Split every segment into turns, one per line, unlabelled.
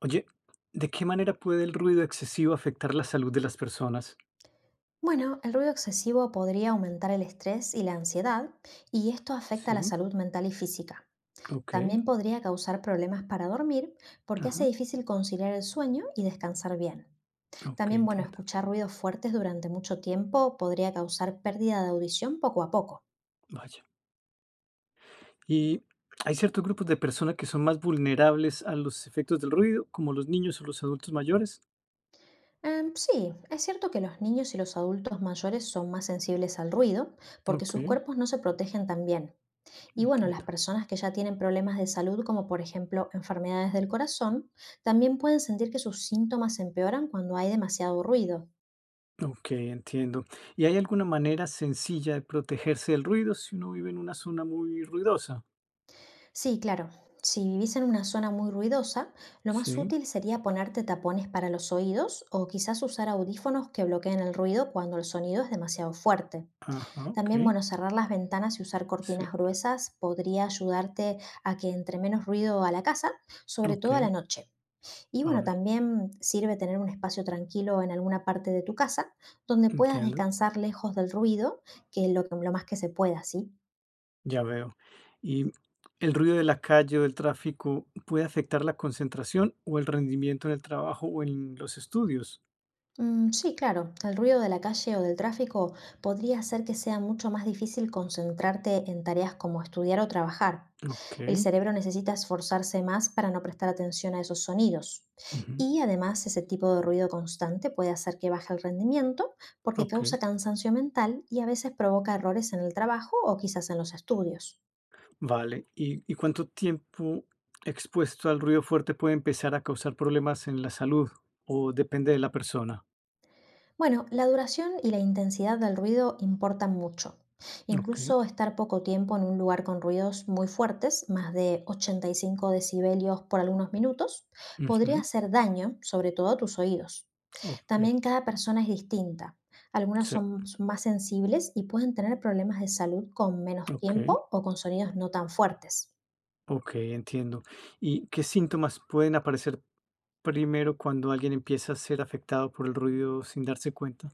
Oye, ¿de qué manera puede el ruido excesivo afectar la salud de las personas?
Bueno, el ruido excesivo podría aumentar el estrés y la ansiedad, y esto afecta a la
Sí,
salud mental y física.
ok,
También podría causar problemas para dormir porque hace
ajá,
difícil conciliar el sueño y descansar bien.
ok,
También, bueno,
entiendo.
escuchar ruidos fuertes durante mucho tiempo podría causar pérdida de audición poco a poco.
Vaya. Y hay ciertos grupos de personas que son más vulnerables a los efectos del ruido, como los niños o los adultos mayores.
Sí, es cierto que los niños y los adultos mayores son más sensibles al ruido porque
Ok,
sus cuerpos no se protegen tan bien. Y bueno, las
entiendo.
personas que ya tienen problemas de salud, como por ejemplo enfermedades del corazón, también pueden sentir que sus síntomas empeoran cuando hay demasiado ruido.
Ok, entiendo. ¿Y hay alguna manera sencilla de protegerse del ruido si uno vive en una zona muy ruidosa?
Sí, claro, si vivís en una zona muy ruidosa, lo más
Sí,
útil sería ponerte tapones para los oídos o quizás usar audífonos que bloqueen el ruido cuando el sonido es demasiado fuerte.
ajá, ok,
También, bueno, cerrar las ventanas y usar
sí,
cortinas gruesas podría ayudarte a que entre menos ruido a la casa, sobre
ok,
todo a la noche. Y
a
bueno,
ver,
también sirve tener un espacio tranquilo en alguna parte de tu casa donde puedas
entiendo.
descansar lejos del ruido, que lo más que se pueda, ¿sí?
Ya veo. ¿Y el ruido de la calle o del tráfico puede afectar la concentración o el rendimiento en el trabajo o en los estudios?
Mm, sí, claro, el ruido de la calle o del tráfico podría hacer que sea mucho más difícil concentrarte en tareas como estudiar o trabajar.
Ok,
El cerebro necesita esforzarse más para no prestar atención a esos sonidos.
ujú,
Y además ese tipo de ruido constante puede hacer que baje el rendimiento porque
ok,
causa cansancio mental y a veces provoca errores en el trabajo o quizás en los estudios.
vale. ¿Y cuánto tiempo expuesto al ruido fuerte puede empezar a causar problemas en la salud o depende de la persona?
Bueno, la duración y la intensidad del ruido importan mucho.
Ok,
Incluso estar poco tiempo en un lugar con ruidos muy fuertes, más de 85 decibelios por algunos minutos, podría
ujú,
hacer daño, sobre todo a tus oídos.
ok,
También cada persona es distinta. Algunas
sí,
son más sensibles y pueden tener problemas de salud con menos
ok,
tiempo o con sonidos no tan fuertes.
ok, entiendo. ¿Y qué síntomas pueden aparecer primero cuando alguien empieza a ser afectado por el ruido sin darse cuenta?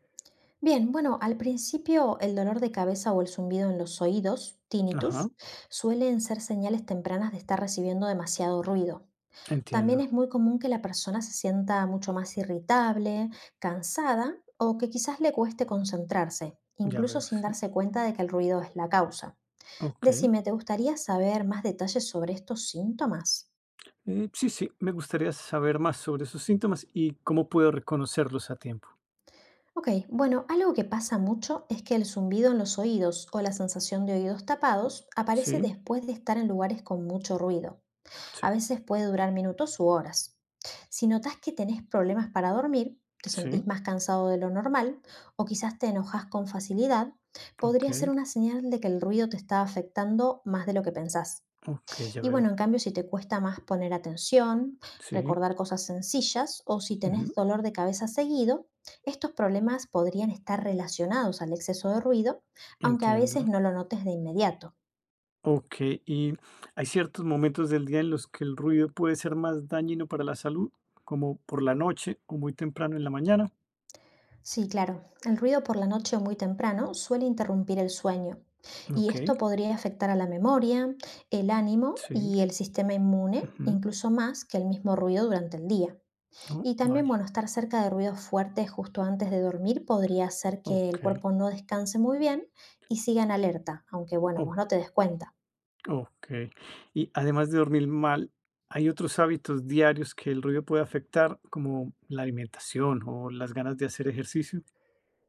Bien, bueno, al principio el dolor de cabeza o el zumbido en los oídos,
Ajá,
tinnitus, suelen ser señales tempranas de estar recibiendo demasiado ruido. También
entiendo,
es muy común que la persona se sienta mucho más irritable, cansada o que quizás le cueste concentrarse,
ya
incluso
veo,
sin
sí,
darse cuenta de que el ruido es la causa.
okey.
Decime, ¿te gustaría saber más detalles sobre estos síntomas?
Sí, sí, me gustaría saber más sobre esos síntomas y cómo puedo reconocerlos a tiempo.
Ok, bueno, algo que pasa mucho es que el zumbido en los oídos o la sensación de oídos tapados aparece
Sí,
después de estar en lugares con mucho ruido.
sí,
A veces puede durar minutos u horas. Si notas que tenés problemas para dormir, te
sí,
sentís más cansado de lo normal o quizás te enojas con facilidad, podría ser
okey,
una señal de que el ruido te está afectando más de lo que pensás.
okey, ya
Y
veo.
bueno, en cambio, si te cuesta más poner atención,
Sí,
recordar cosas sencillas o si tenés
ujú,
dolor de cabeza seguido, estos problemas podrían estar relacionados al exceso de ruido, aunque a
entiendo.
veces no lo notes de inmediato.
Okey, ¿y hay ciertos momentos del día en los que el ruido puede ser más dañino para la salud, como por la noche o muy temprano en la mañana?
Sí, claro, el ruido por la noche o muy temprano suele interrumpir el sueño y
Okey,
esto podría afectar a la memoria, el ánimo
sí,
y el sistema inmune,
ujú,
incluso más que el mismo ruido durante el día.
oh,
Y también,
vaya,
bueno, estar cerca de ruidos fuertes justo antes de dormir podría hacer que el
okey,
cuerpo no descanse muy bien y siga en alerta, aunque bueno, vos
okey.
no te des cuenta.
Okey. Y además de dormir mal, ¿hay otros hábitos diarios que el ruido puede afectar, como la alimentación o las ganas de hacer ejercicio?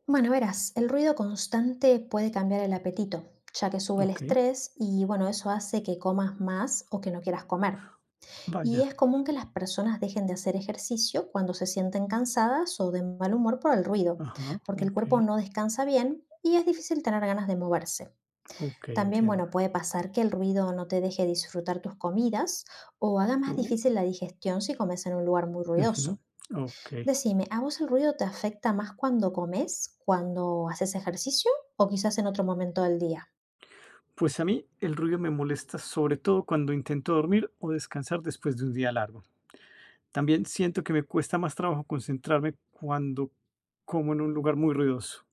Bueno, verás, el ruido constante puede cambiar el apetito, ya que sube el
Okey,
estrés y bueno, eso hace que comas más o que no quieras comer. Y
vaya.
es común que las personas dejen de hacer ejercicio cuando se sienten cansadas o de mal humor por el ruido,
Ajá,
porque el cuerpo
okey,
no descansa bien y es difícil tener ganas de moverse.
okey,
También,
entiendo.
bueno, puede pasar que el ruido no te deje disfrutar tus comidas o haga más
Uh,
difícil la digestión si comes en un lugar muy
ujú,
ruidoso.
okey.
Decime, ¿a vos el ruido te afecta más cuando comes, cuando haces ejercicio o quizás en otro momento del día?
Pues a mí el ruido me molesta, sobre todo cuando intento dormir o descansar después de un día largo. También siento que me cuesta más trabajo concentrarme cuando como en un lugar muy ruidoso.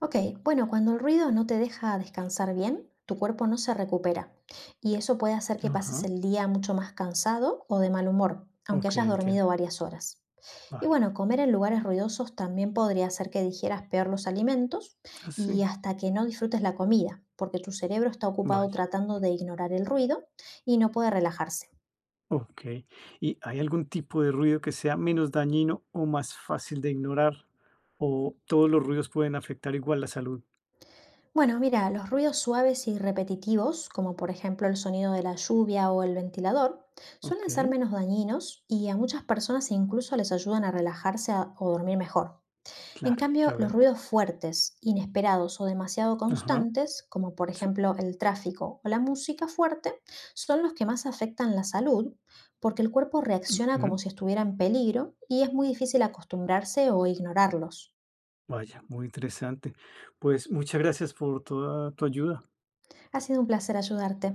Ok, bueno, cuando el ruido no te deja descansar bien, tu cuerpo no se recupera y eso puede hacer que pases
Ajá,
el día mucho más cansado o de mal humor, aunque
okey,
hayas
entiendo.
dormido varias horas. Y
Vale.
bueno, comer en lugares ruidosos también podría hacer que digieras peor los alimentos y
Así,
hasta que no disfrutes la comida, porque tu cerebro está ocupado
vaya.
tratando de ignorar el ruido y no puede relajarse.
Ok. ¿Y hay algún tipo de ruido que sea menos dañino o más fácil de ignorar? ¿O todos los ruidos pueden afectar igual la salud?
Bueno, mira, los ruidos suaves y repetitivos, como por ejemplo el sonido de la lluvia o el ventilador,
Ok,
suelen ser menos dañinos y a muchas personas incluso les ayudan a relajarse o dormir mejor. En
claro,
cambio,
ya
los
veo.
ruidos fuertes, inesperados o demasiado
Ajá,
constantes, como por
sí,
ejemplo el tráfico o la música fuerte, son los que más afectan la salud, porque el cuerpo reacciona como
ujú,
si estuviera en peligro y es muy difícil acostumbrarse o ignorarlos.
vaya, muy interesante. Pues muchas gracias por toda tu ayuda.
Ha sido un placer ayudarte.